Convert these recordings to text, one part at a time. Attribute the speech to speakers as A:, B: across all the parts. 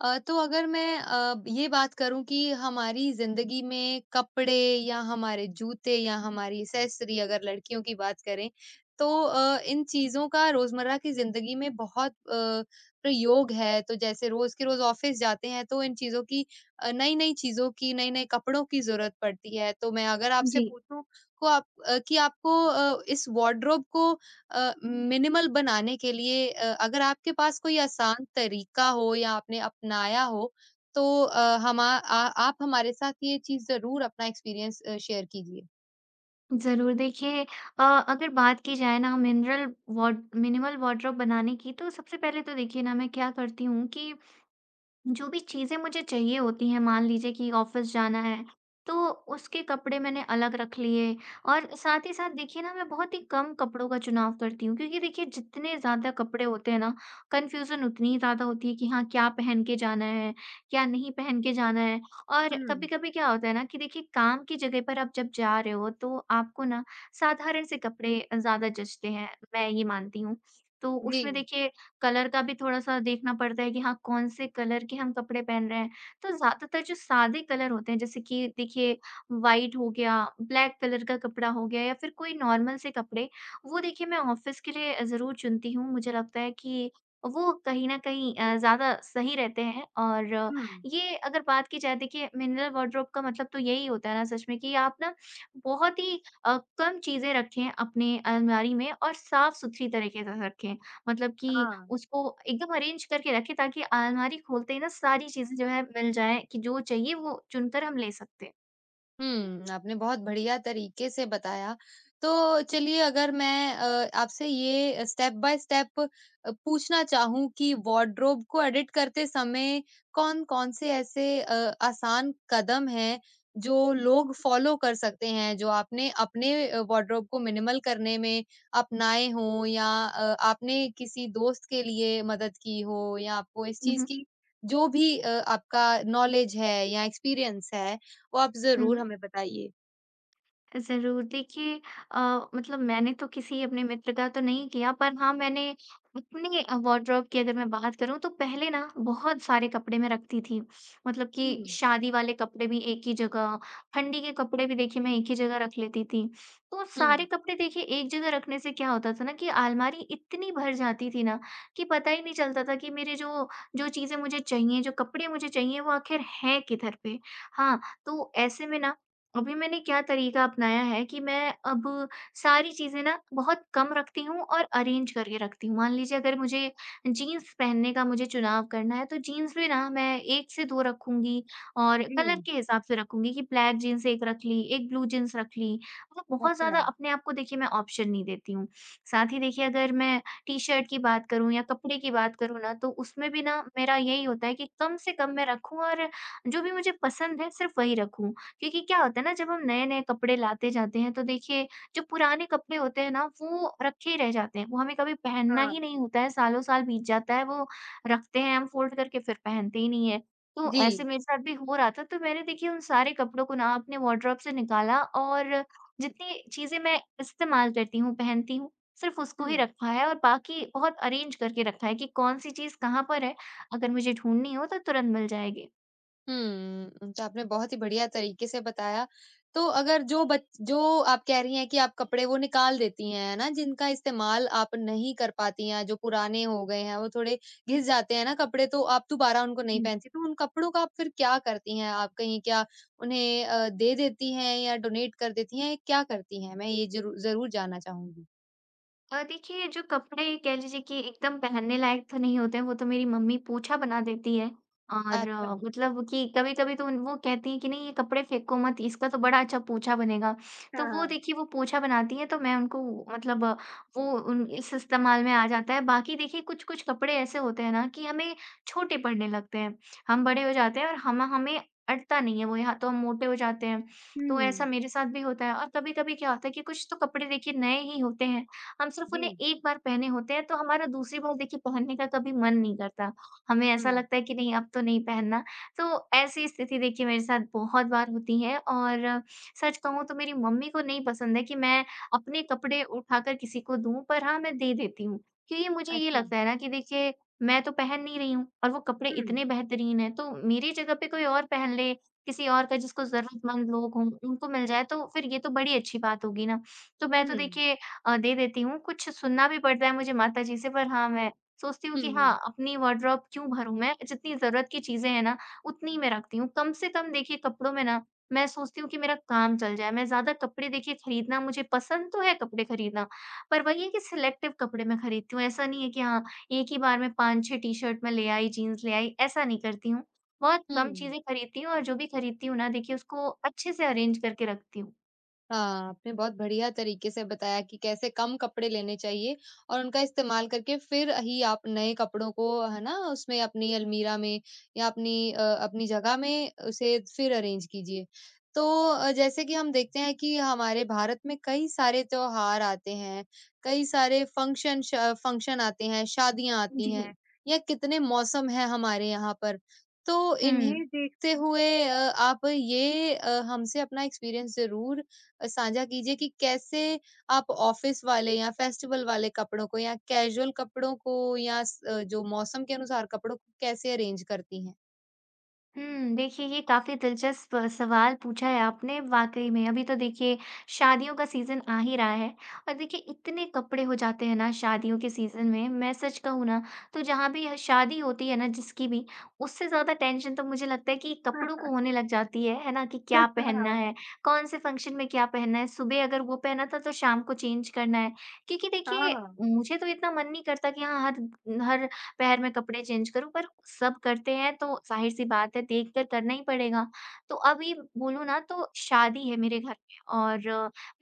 A: तो अगर मैं ये बात करूँ कि हमारी ज़िंदगी में कपड़े या हमारे जूते या हमारी एक्सेसरी अगर लड़कियों की बात करें, तो इन चीज़ों का रोज़मर्रा की ज़िंदगी में बहुत प्रयोग है। तो जैसे रोज़ के रोज़ ऑफ़िस जाते हैं, तो इन चीज़ों की नई-नई चीज़ों की, नए-नए कपड़ों की ज़रूरत पड़ती है। तो मैं अगर आपसे
B: जी,
A: पूछूँ कि आपको इस वार्डरोब को मिनिमल बनाने के लिए अगर आपके पास कोई आसान तरीका हो या आपने अपनाया हो, तो हमा आ आप हमारे साथ ये चीज़ ज़रूर अपना एक्सपीरियंस शेयर कीजिए।
B: ज़रूर। देखिए अ, अगर बात की जाए ना मिनरल वॉट मिनिमल वार्डरोब बनाने की, तो सबसे पहले तो देखिए ना मैं क्या करती हूँ कि जो भी चीज़ें मुझे चाहिए होती हैं, मान लीजिए कि ऑफ़िस जाना है, तो उसके कपड़े मैंने अलग रख लिए। और साथ ही साथ देखिए ना मैं बहुत ही कम कपड़ों का चुनाव करती हूँ, क्योंकि देखिए जितने ज़्यादा कपड़े होते हैं ना, कन्फ्यूज़न उतनी ही ज़्यादा होती है कि हाँ, क्या पहन के जाना है, क्या नहीं पहन के जाना है। और
A: हुँ,
B: कभी-कभी क्या होता है ना, कि देखिए काम की जगह पर आप जब जा रहे हो, तो आपको ना साधारण से कपड़े ज़्यादा जचते हैं, मैं ये मानती हूँ। तो उसमें
A: जी,
B: देखिए कलर का भी थोड़ा-सा देखना पड़ता है कि हाँ, कौन से कलर के हम कपड़े पहन रहे हैं। तो ज़्यादातर जो सादे कलर होते हैं, जैसे कि देखिए व्हाइट हो गया, ब्लैक कलर का कपड़ा हो गया या फिर कोई नॉर्मल से कपड़े, वो देखिए मैं ऑफ़िस के लिए ज़रूर चुनती हूँ। मुझे लगता है कि वो कहीं न कहीं ज़्यादा सही रहते हैं। और
A: हुँ,
B: ये अगर बात की जाए, देखिए मिनरल वार्डरोब का मतलब तो यही होता है ना सच में, कि आप ना बहुत ही कम चीज़ें रखें अपने अलमारी में, और साफ़-सुथरी तरीके से रखें। मतलब कि
A: हाँ।
B: उसको एकदम अरेंज करके रखें, ताकि अलमारी खोलते ही ना सारी चीज़ें जो है मिल जाएँ, कि जो चाहिए वो चुनकर हम ले सकते हैं।
A: हुँ, आपने बहुत बढ़िया तरीके से बताया। तो चलिए अगर मैं आपसे ये स्टेप बाय स्टेप पूछना चाहूँ कि वार्डरोब को एडिट करते समय कौन-कौन से ऐसे आसान कदम हैं, जो लोग फ़ॉलो कर सकते हैं, जो आपने अपने वार्डरोब को मिनिमल करने में अपनाए हों या आपने किसी दोस्त के लिए मदद की हो या आपको इस
B: हुँ,
A: चीज़
B: हुँ।
A: की जो भी आपका नॉलेज है या एक्सपीरियंस है, वो आप ज़रूर
B: हुँ।
A: हमें बताइए।
B: ज़रूर। देखिए अ, मतलब मैंने तो किसी अपने मित्र का तो नहीं किया, पर हाँ, मैंने अपने वार्डरोब की अगर मैं बात करूँ, तो पहले ना बहुत सारे कपड़े मैं रखती थी। मतलब कि
A: हुँ।
B: शादी वाले कपड़े भी एक ही जगह, ठंडी के कपड़े भी देखिए मैं एक ही जगह रख लेती थी। तो
A: हुँ।
B: सारे कपड़े देखिए एक जगह रखने से क्या होता था ना, कि अलमारी इतनी भर जाती थी ना, कि पता ही नहीं चलता था कि मेरे जो जो चीज़ें मुझे चाहिए, जो कपड़े मुझे चाहिए वो आखिर हैं किधर पे। हाँ, तो ऐसे में ना अभी मैंने क्या तरीका अपनाया है, कि मैं अब सारी चीज़ें ना बहुत कम रखती हूँ और अरेंज करके रखती हूँ। मान लीजिए अगर मुझे जीन्स पहनने का मुझे चुनाव करना है, तो जीन्स भी ना मैं 1 से 2 रखूँगी और कलर
A: जी,
B: के हिसाब से रखूँगी, कि ब्लैक जीन्स 1 रख ली, एक ब्लू जीन्स रख ली। मतलब बहुत
A: अच्छा,
B: ज़्यादा अपने आप को देखिए मैं ऑप्शन नहीं देती हूँ। साथ ही देखिए अगर मैं टी-शर्ट की बात करूँ या कपड़े की बात करूँ ना, तो उसमें भी ना मेरा यही होता है कि कम से कम मैं रखूँ, और जो भी मुझे पसंद है सिर्फ़ वही रखूँ। क्योंकि क्या होता है ना, जब हम नए-नए कपड़े लाते जाते हैं, तो देखिए जो पुराने कपड़े होते हैं ना, वो रखे ही रह जाते हैं। वो हमें कभी पहनना ही
A: हाँ।
B: नहीं होता है, सालों-साल बीत जाता है, वो रखते हैं हम फ़ोल्ड करके, फिर पहनते ही नहीं है। तो
A: जी।
B: ऐसे
A: जी,
B: मेरे साथ भी हो रहा था, तो मैंने देखिए उन सारे कपड़ों को ना अपने वार्डरोब से निकाला, और जितनी चीज़ें मैं इस्तेमाल करती हूँ, पहनती हूँ, सिर्फ़ उसको
A: हुँ।
B: ही रखा है, और बाकी बहुत अरेंज करके रखा है कि कौन-सी चीज़ कहाँ पर है, अगर मुझे ढूँढनी हो तो तुरंत मिल जाएगी।
A: हुँ, तो आपने बहुत ही बढ़िया तरीके से बताया। तो अगर जो आप कह रही हैं कि आप कपड़े वो निकाल देती हैं, है ना? जिनका इस्तेमाल आप नहीं कर पाती हैं, जो पुराने हो गए हैं, वो थोड़े घिस जाते हैं ना कपड़े, तो आप दोबारा उनको नहीं पहनती, तो उन कपड़ों का आप फिर क्या करती हैं? आप कहीं क्या उन्हें दे देती हैं या डोनेट कर देती हैं, क्या करती हैं? मैं ये ज़रूर जानना चाहूँगी।
B: देखिए जो कपड़े कह लीजिए कि एकदम पहनने लायक तो नहीं होते हैं, वो तो मेरी मम्मी पोंछा बना देती है, और
A: अच्छा,
B: मतलब कि कभी-कभी तो उन वो कहती हैं कि नहीं ये कपड़े फेंको मत, इसका तो बड़ा अच्छा पोंछा बनेगा।
A: हाँ,
B: तो वो
A: हाँ।
B: देखिए वो पोंछा बनाती हैं, तो मैं उनको मतलब वो उन इस इस्तेमाल में आ जाता है। बाकी देखिए कुछ-कुछ कपड़े ऐसे होते हैं ना, कि हमें छोटे पड़ने लगते हैं। हम बड़े हो जाते हैं और हम हमें अटता नहीं है वो, या तो हम मोटे हो जाते हैं, तो ऐसा
A: हुँ,
B: मेरे साथ भी होता है। और कभी-कभी क्या होता है, कि कुछ तो कपड़े देखिए नए ही होते हैं, हम सिर्फ़ उन्हें
A: जी,
B: एक बार पहने होते हैं, तो हमारा दूसरी बार देखिए पहनने का कभी मन नहीं करता। हमें
A: हुँ,
B: ऐसा लगता है कि नहीं, अब तो नहीं पहनना। तो ऐसी स्थिति देखिए मेरे साथ बहुत बार होती है, और सच कहूँ तो मेरी मम्मी को नहीं पसंद है कि मैं अपने कपड़े उठाकर किसी को दूँ, पर हाँ, मैं दे देती हूँ। क्योंकि मुझे ये
A: अच्छा,
B: लगता है ना, कि देखिए मैं तो पहन नहीं रही हूँ, और वो कपड़े
A: हुँ,
B: इतने बेहतरीन हैं, तो मेरी जगह पे कोई और पहन ले, किसी और का जिसको ज़रूरतमंद लोग हों, उनको मिल जाए, तो फिर ये तो बड़ी अच्छी बात होगी ना। तो मैं तो
A: हुँ,
B: देखिए दे देती हूँ। कुछ सुनना भी पड़ता है मुझे माताजी से, पर हाँ, मैं सोचती हूँ कि
A: हुँ,
B: हाँ, अपनी वार्डरोब क्यों भरूँ मैं? जितनी ज़रूरत की चीज़ें हैं ना, उतनी मैं रखती हूँ। कम से कम देखिए कपड़ों में ना मैं सोचती हूँ कि मेरा काम चल जाए। मैं ज़्यादा कपड़े देखिए खरीदना, मुझे पसंद तो है कपड़े खरीदना, पर वही है कि सिलेक्टिव कपड़े मैं खरीदती हूँ। ऐसा नहीं है कि हाँ, एक ही बार में 5-6 टी-शर्ट मैं ले आई, जीन्स ले आई, ऐसा नहीं करती हूँ। बहुत
A: हुँ,
B: कम चीज़ें खरीदती हूँ और जो भी खरीदती हूँ ना, देखिए उसको अच्छे से अरेंज करके रखती हूँ।
A: हाँ, आपने बहुत बढ़िया तरीके से बताया कि कैसे कम कपड़े लेने चाहिए और उनका इस्तेमाल करके फिर ही आप नए कपड़ों को है ना उसमें अपनी अलमीरा में या अपनी जगह में उसे फिर अरेंज कीजिए। तो जैसे कि हम देखते हैं कि हमारे भारत में कई सारे त्योहार आते हैं, कई सारे फंक्शन आते हैं, शादियाँ आती
B: जी।
A: हैं या कितने मौसम हैं हमारे यहाँ पर। तो इन्हें
B: हुँ।
A: देखते हुए आप ये हमसे अपना एक्सपीरियंस ज़रूर साझा कीजिए कि कैसे आप ऑफिस वाले या फेस्टिवल वाले कपड़ों को या कैजुअल कपड़ों को या जो मौसम के अनुसार कपड़ों को कैसे अरेंज करती हैं।
B: देखिए ये काफ़ी दिलचस्प सवाल पूछा है आपने वाक़ई में। अभी तो देखिए शादियों का सीज़न आ ही रहा है, और देखिए इतने कपड़े हो जाते हैं ना शादियों के सीज़न में, मैं सच कहूँ ना, तो जहाँ भी यह शादी होती है ना जिसकी भी, उससे ज़्यादा टेंशन तो मुझे लगता है कि
A: हाँ।
B: कपड़ों को होने लग जाती है ना? कि क्या पहनना है, कौन से फंक्शन में क्या पहनना है, सुबह अगर वो पहना था तो शाम को चेंज करना है। क्योंकि देखिए
A: हाँ।
B: मुझे तो इतना मन नहीं करता कि हाँ, हर हर पैर में कपड़े चेंज करूँ, पर सब करते हैं तो ज़ाहिर-सी बात है, देख कर करना ही पड़ेगा। तो अभी बोलूँ ना, तो शादी है मेरे घर में, और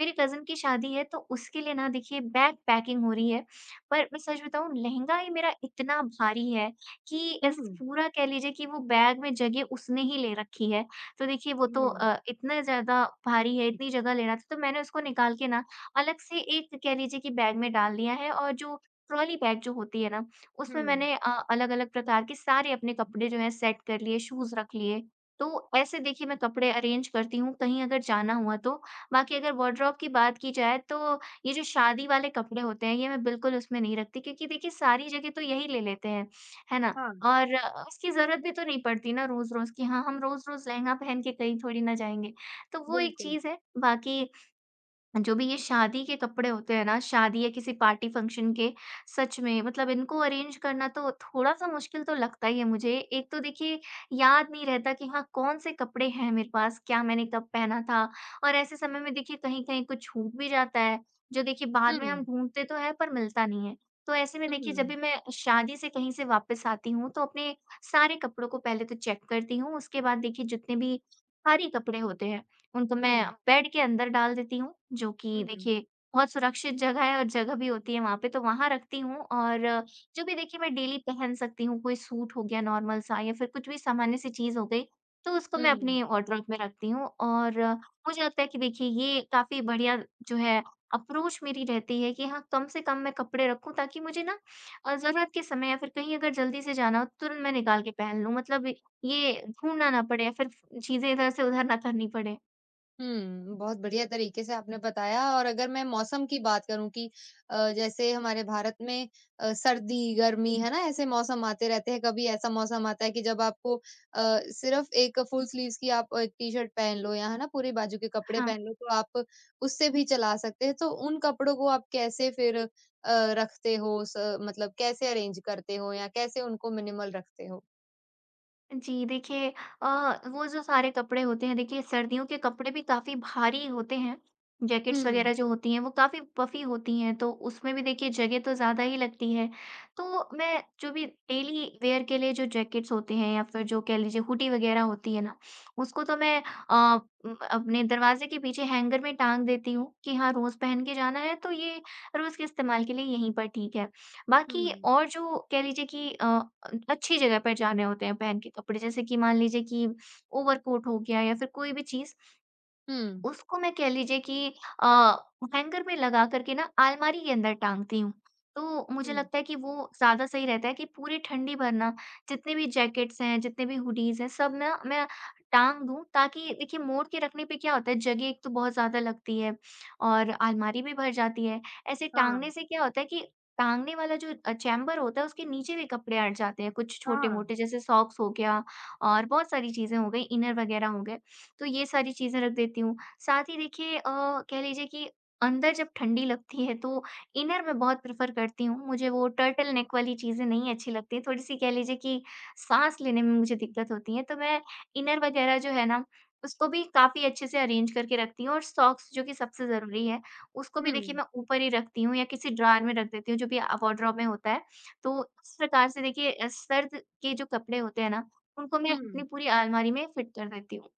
B: मेरे कज़न की शादी है, तो उसके लिए ना देखिए बैग पैकिंग हो रही है। पर मैं सच बताऊँ, लहँगा ही मेरा इतना भारी है कि इस
A: हम्म।
B: पूरा कह लीजिए कि वो बैग में जगह उसने ही ले रखी है। तो देखिए वो तो
A: हम्म।
B: इतना ज़्यादा भारी है, इतनी जगह ले रहा था, तो मैंने उसको निकाल के ना अलग से एक कह लीजिए कि बैग में डाल दिया है, और जो ट्रॉली बैग जो होती है ना, उसमें
A: हम्म।
B: मैंने अलग-अलग प्रकार के सारे अपने कपड़े जो हैं सेट कर लिए, शूज़ रख लिए। तो ऐसे देखिए मैं कपड़े अरेंज करती हूँ, कहीं अगर जाना हुआ तो। बाकी अगर वार्डरोब की बात की जाए, तो ये जो शादी वाले कपड़े होते हैं, ये मैं बिल्कुल उसमें नहीं रखती, क्योंकि देखिए सारी जगह तो यही ले लेते हैं, है ना?
A: हाँ।
B: और उसकी ज़रूरत भी तो नहीं पड़ती ना रोज़-रोज़, कि हाँ, हम रोज़-रोज़ लहंगा पहन के कहीं थोड़ी ना जाएँगे। तो वो एक
A: बिल्कुल।
B: चीज़ है, बाकी जो भी ये शादी के कपड़े होते हैं ना, शादी या किसी पार्टी फंक्शन के, सच में मतलब इनको अरेंज करना तो थोड़ा-सा मुश्किल तो लगता ही है मुझे। एक तो देखिए याद नहीं रहता कि हाँ, कौन-से कपड़े हैं मेरे पास, क्या मैंने कब पहना था, और ऐसे समय में देखिए कहीं-कहीं कुछ छूट भी जाता है, जो देखिए बाद में हम
A: हम्म।
B: ढूँढते तो हैं पर मिलता नहीं है। तो ऐसे में देखिए जब
A: हम्म।
B: भी मैं शादी से कहीं से वापस आती हूँ, तो अपने सारे कपड़ों को पहले तो चेक करती हूँ, उसके बाद देखिए जितने भी भारी कपड़े होते हैं, उनको मैं
A: हम्म।
B: बेड के अंदर डाल देती हूँ, जो कि
A: हम्म।
B: देखिए बहुत सुरक्षित जगह है, और जगह भी होती है वहाँ पे, तो वहाँ रखती हूँ। और जो भी देखिए मैं डेली पहन सकती हूँ, कोई सूट हो गया नॉर्मल सा, या फिर कुछ भी सामान्य-सी चीज़ हो गई, तो उसको मैं
A: हम्म।
B: अपनी वार्डरोब में रखती हूँ। और मुझे लगता है कि देखिए ये काफ़ी बढ़िया जो है अप्रोच मेरी रहती है, कि हाँ, कम से कम मैं कपड़े रखूँ, ताकि मुझे ना ज़रूरत के समय या फिर कहीं अगर जल्दी से जाना हो तो तुरंत मैं निकाल के पहन लूँ। मतलब ये ढूँढना ना पड़े, या फिर चीज़ें इधर से उधर ना करनी पड़े।
A: हुँ, बहुत बढ़िया तरीके से आपने बताया और अगर मैं मौसम की बात करूँ कि जैसे हमारे भारत में सर्दी, गर्मी, है ना? ऐसे मौसम आते रहते हैं। कभी ऐसा मौसम आता है कि जब आपको सिर्फ़ एक फुल स्लीव्स की आप एक टी-शर्ट पहन लो या है ना, पूरे बाजू के कपड़े
B: हाँ,
A: पहन लो, तो आप उससे भी चला सकते हैं। तो उन कपड़ों को आप कैसे फिर रखते हो? स मतलब कैसे अरेंज करते हो या कैसे उनको मिनिमल रखते हो?
B: जी, देखिए अ, वो जो सारे कपड़े होते हैं, देखिए सर्दियों के कपड़े भी काफ़ी भारी होते हैं।
A: हुँ,
B: जैकेट्स वगैरह जो होती हैं वो काफ़ी पफ़ी होती हैं, तो उसमें भी देखिए जगह तो ज़्यादा ही लगती है। तो मैं जो भी डेली वियर के लिए जो जैकेट्स होते हैं, या फिर जो कह लीजिए हुडी वगैरह होती है ना, उसको तो मैं अ, अपने दरवाजे के पीछे हैंगर में टाँग देती हूँ, कि हाँ, रोज़ पहन के जाना है तो ये रोज़ के इस्तेमाल के लिए यहीं पर ठीक है। बाकी
A: हुँ,
B: और जो कह लीजिए कि अच्छी जगह पर जाने होते हैं पहन के कपड़े, जैसे कि मान लीजिए कि ओवरकोट हो गया या फिर कोई भी चीज़,
A: हुँ,
B: उसको मैं कह लीजिए कि अ, हैंगर में लगा कर के ना अलमारी के अंदर टाँगती हूँ। तो मुझे
A: हुँ।
B: लगता है कि वो ज़्यादा सही रहता है कि पूरी ठंडी भर ना जितने भी जैकेट्स हैं, जितने भी हुडीज़ हैं, सब ना मैं टाँग दूँ, ताकि देखिए मोड़ के रखने पे क्या होता है, जगह एक तो बहुत ज़्यादा लगती है और अलमारी भी भर जाती है। ऐसे
A: हाँ,
B: टाँगने से क्या होता है कि टाँगने वाला जो चैम्बर होता है उसके नीचे भी कपड़े अट जाते हैं, कुछ
A: हाँ।
B: छोटे-मोटे जैसे सॉक्स हो गया और बहुत सारी चीज़ें हो गई, इनर वगैरह हो गए। तो ये सारी चीज़ें रख देती हूँ। साथ ही देखिए कह लीजिए कि अंदर जब ठंडी लगती है तो इनर मैं बहुत प्रेफ़र करती हूँ। मुझे वो टर्टल नेक वाली चीज़ें नहीं अच्छी लगती हैं। थोड़ी-सी कह लीजिए कि साँस लेने में मुझे दिक्कत होती है, तो मैं इनर वग़ैरह जो है ना, उसको भी काफ़ी अच्छे से अरेंज करके रखती हूँ, और सॉक्स जो कि सबसे ज़रूरी है, उसको
A: हुँ,
B: भी देखिए मैं ऊपर ही रखती हूँ या किसी ड्रॉवर में रख देती हूँ, जो भी वार्डरोब में होता है। तो इस प्रकार से देखिए सर्द के जो कपड़े होते हैं ना, उनको मैं
A: हुँ।
B: अपनी पूरी अलमारी में फिट कर देती हूँ।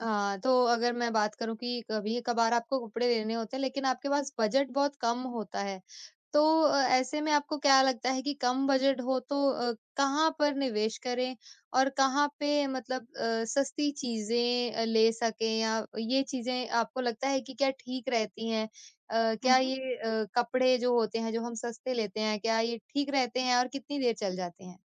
A: हाँ, तो अगर मैं बात करूँ कि कभी-कभार आपको कपड़े लेने होते हैं, लेकिन आपके पास बजट बहुत कम होता है। तो ऐसे में आपको क्या लगता है कि कम बजट हो तो कहाँ पर निवेश करें और कहाँ पे मतलब सस्ती चीज़ें ले सकें या ये चीज़ें आपको लगता है कि क्या ठीक रहती हैं?
B: हुँ,
A: क्या
B: हुँ।
A: ये कपड़े जो होते हैं, जो हम सस्ते लेते हैं, क्या ये ठीक रहते हैं और कितनी देर चल जाते हैं?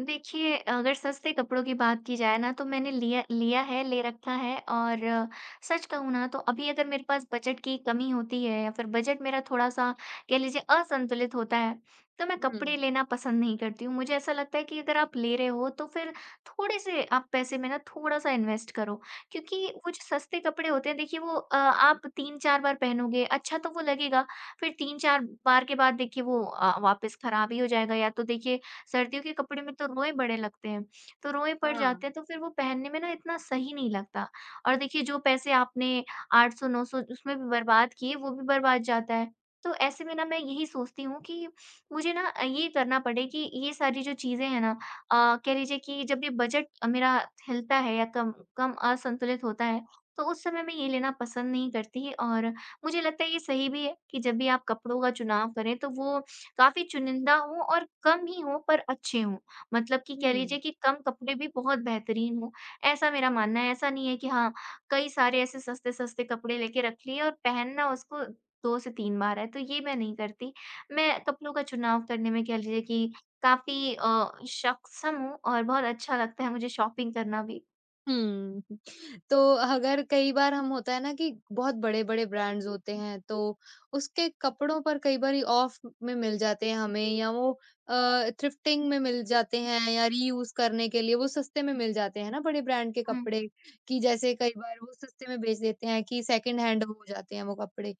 B: देखिए, अगर सस्ते कपड़ों की बात की जाए ना, तो मैंने लिया लिया है, ले रखा है, और सच कहूँ ना तो अभी अगर मेरे पास बजट की कमी होती है या फिर बजट मेरा थोड़ा-सा कह लीजिए असंतुलित होता है, तो मैं
A: हुँ।
B: कपड़े लेना पसंद नहीं करती हूँ। मुझे ऐसा लगता है कि अगर आप ले रहे हो तो फिर थोड़े-से आप पैसे में ना थोड़ा-सा इन्वेस्ट करो। क्योंकि वो जो सस्ते कपड़े होते हैं देखिए, वो आप 3-4 बार पहनोगे, अच्छा तो वो लगेगा, फिर 3-4 बार के बाद देखिए वो वापस खराब ही हो जाएगा, या तो देखिए सर्दियों के कपड़े में तो रोएँ बड़े लगते हैं, तो रोएँ पड़
A: हाँ।
B: जाते हैं, तो फिर वो पहनने में ना इतना सही नहीं लगता। और देखिए जो पैसे आपने 800-900 उसमें भी बर्बाद किए, वो भी बर्बाद जाता है। तो ऐसे में ना मैं यही सोचती हूँ कि मुझे ना ये करना पड़े कि ये सारी जो चीज़ें हैं ना, कह लीजिए कि जब ये बजट मेरा हिलता है या कम कम असंतुलित होता है, तो उस समय मैं ये लेना पसंद नहीं करती। और मुझे लगता है ये सही भी है कि जब भी आप कपड़ों का चुनाव करें, तो वो काफ़ी चुनिंदा हों और कम ही हों, पर अच्छे हों। मतलब कि कह
A: हुँ।
B: लीजिए कि कम कपड़े भी बहुत बेहतरीन हों, ऐसा मेरा मानना है। ऐसा नहीं है कि हाँ, कई सारे ऐसे सस्ते-सस्ते कपड़े लेके रख लिए और पहनना उसको 2 से 3 बार है, तो ये मैं नहीं करती। मैं कपड़ों का चुनाव करने में कह लीजिए कि काफ़ी सक्षम हूँ, और बहुत अच्छा लगता है मुझे शॉपिंग करना भी।
A: हुँ। तो अगर कई बार हम होता है ना कि बहुत बड़े-बड़े ब्रांड्स होते हैं, तो उसके कपड़ों पर कई बारी ऑफ में मिल जाते हैं हमें या वो थ्रिफ्टिंग में मिल जाते हैं या रीयूज़ करने के लिए वो सस्ते में मिल जाते हैं ना बड़े ब्रांड के
B: हुँ,
A: कपड़े, कि जैसे कई बार वो सस्ते में बेच देते हैं कि सेकंड हैंड हो जाते हैं वो कपड़े।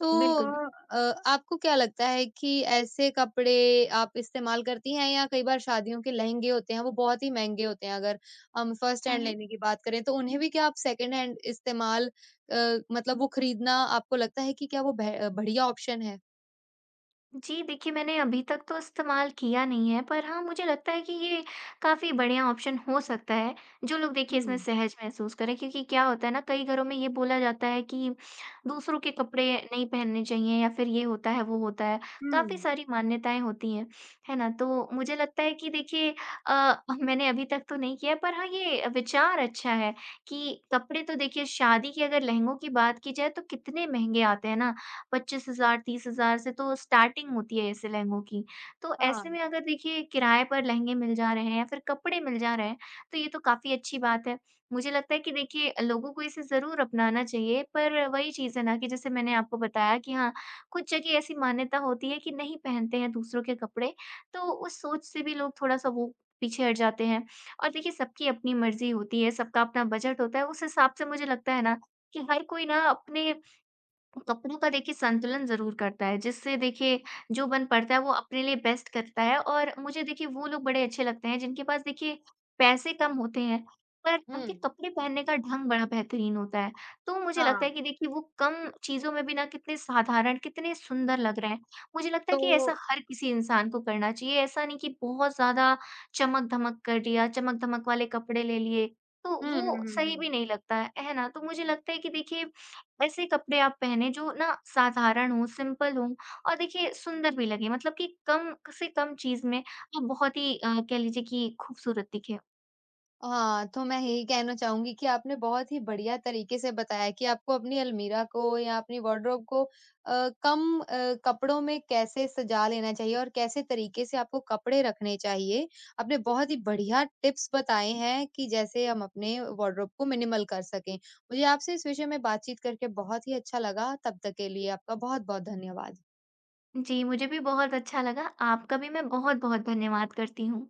A: तो
B: बिल्कुल।
A: आपको क्या लगता है कि ऐसे कपड़े आप इस्तेमाल करती हैं या कई बार शादियों के लहंगे होते हैं, वो बहुत ही महँगे होते हैं अगर हम फर्स्ट
B: हुँ,
A: हैंड
B: हुँ।
A: लेने की बात करें तो उन्हें भी क्या आप सेकंड हैंड इस्तेमाल अ, मतलब वो खरीदना आपको लगता है कि क्या वो बे बढ़िया ऑप्शन है?
B: जी, देखिए मैंने अभी तक तो इस्तेमाल किया नहीं है, पर हाँ, मुझे लगता है कि ये काफ़ी बढ़िया ऑप्शन हो सकता है, जो लोग देखिए इसमें
A: हुँ,
B: सहज महसूस करें। क्योंकि क्या होता है ना, कई घरों में ये बोला जाता है कि दूसरों के कपड़े नहीं पहनने चाहिए, या फिर ये होता है, वो होता है, काफ़ी
A: हुँ,
B: सारी मान्यताएँ होती हैं, है ना? तो मुझे लगता है कि देखिए अ, मैंने अभी तक तो नहीं किया, पर हाँ, ये विचार अच्छा है कि कपड़े तो देखिए शादी के अगर लहंगों की बात की जाए, तो कितने महँगे आते हैं ना? $25,000 $30,000 से तो स्टार्टिंग होती है ऐसे लहंगों की। तो
A: हाँ,
B: ऐसे में अगर देखिए किराए पर लहंगे मिल जा रहे हैं या फिर कपड़े मिल जा रहे हैं, तो ये तो काफ़ी अच्छी बात है। मुझे लगता है कि देखिए लोगों को इसे ज़रूर अपनाना चाहिए, पर वही चीज़ है ना कि जैसे मैंने आपको बताया कि हाँ, कुछ जगह ऐसी मान्यता होती है कि नहीं पहनते हैं दूसरों के कपड़े, तो उस सोच से भी लोग थोड़ा-सा वो पीछे हट जाते हैं। और देखिए सबकी अपनी मर्ज़ी होती है, सबका अपना बजट होता है, उस हिसाब से मुझे लगता है ना कि हर कोई ना अपने कपड़ों का देखिए संतुलन ज़रूर करता है, जिससे देखिए जो बन पड़ता है वो अपने लिए बेस्ट करता है। और मुझे देखिए वो लोग बड़े अच्छे लगते हैं जिनके पास देखिए पैसे कम होते हैं, पर
A: हुँ,
B: उनके कपड़े पहनने का ढंग बड़ा बेहतरीन होता है। तो मुझे लगता
A: हाँ,
B: है कि देखिए वो कम चीज़ों में भी ना कितने साधारण, कितने सुंदर लग रहे हैं। मुझे लगता
A: तो
B: है कि ऐसा हर किसी इंसान को करना चाहिए, ऐसा नहीं कि बहुत ज़्यादा चमक-धमक कर दिया, चमक-धमक वाले कपड़े ले लिए, तो
A: हुँ, हुँ,
B: वो
A: हुँ,
B: सही
A: हुँ।
B: भी नहीं लगता है ना? तो मुझे लगता है कि देखिए ऐसे कपड़े आप पहने जो ना साधारण हों, सिंपल हों और देखिए सुंदर भी लगें। मतलब कि कम से कम चीज़ में आप बहुत ही कह लीजिए कि खूबसूरत दिखें।
A: हाँ, तो मैं यही कहना चाहूँगी कि आपने बहुत ही बढ़िया तरीके से बताया कि आपको अपनी अलमीरा को या अपनी वार्डरोब को कम कपड़ों में कैसे सजा लेना चाहिए और कैसे तरीके से आपको कपड़े रखने चाहिए। आपने बहुत ही बढ़िया टिप्स बताए हैं कि जैसे हम अपने वार्डरोब को मिनिमल कर सकें। मुझे आपसे इस विषय में बातचीत करके बहुत ही अच्छा लगा। तब तक के लिए आपका बहुत-बहुत धन्यवाद।
B: जी, मुझे भी बहुत अच्छा लगा। आपका भी मैं बहुत-बहुत धन्यवाद करती हूँ।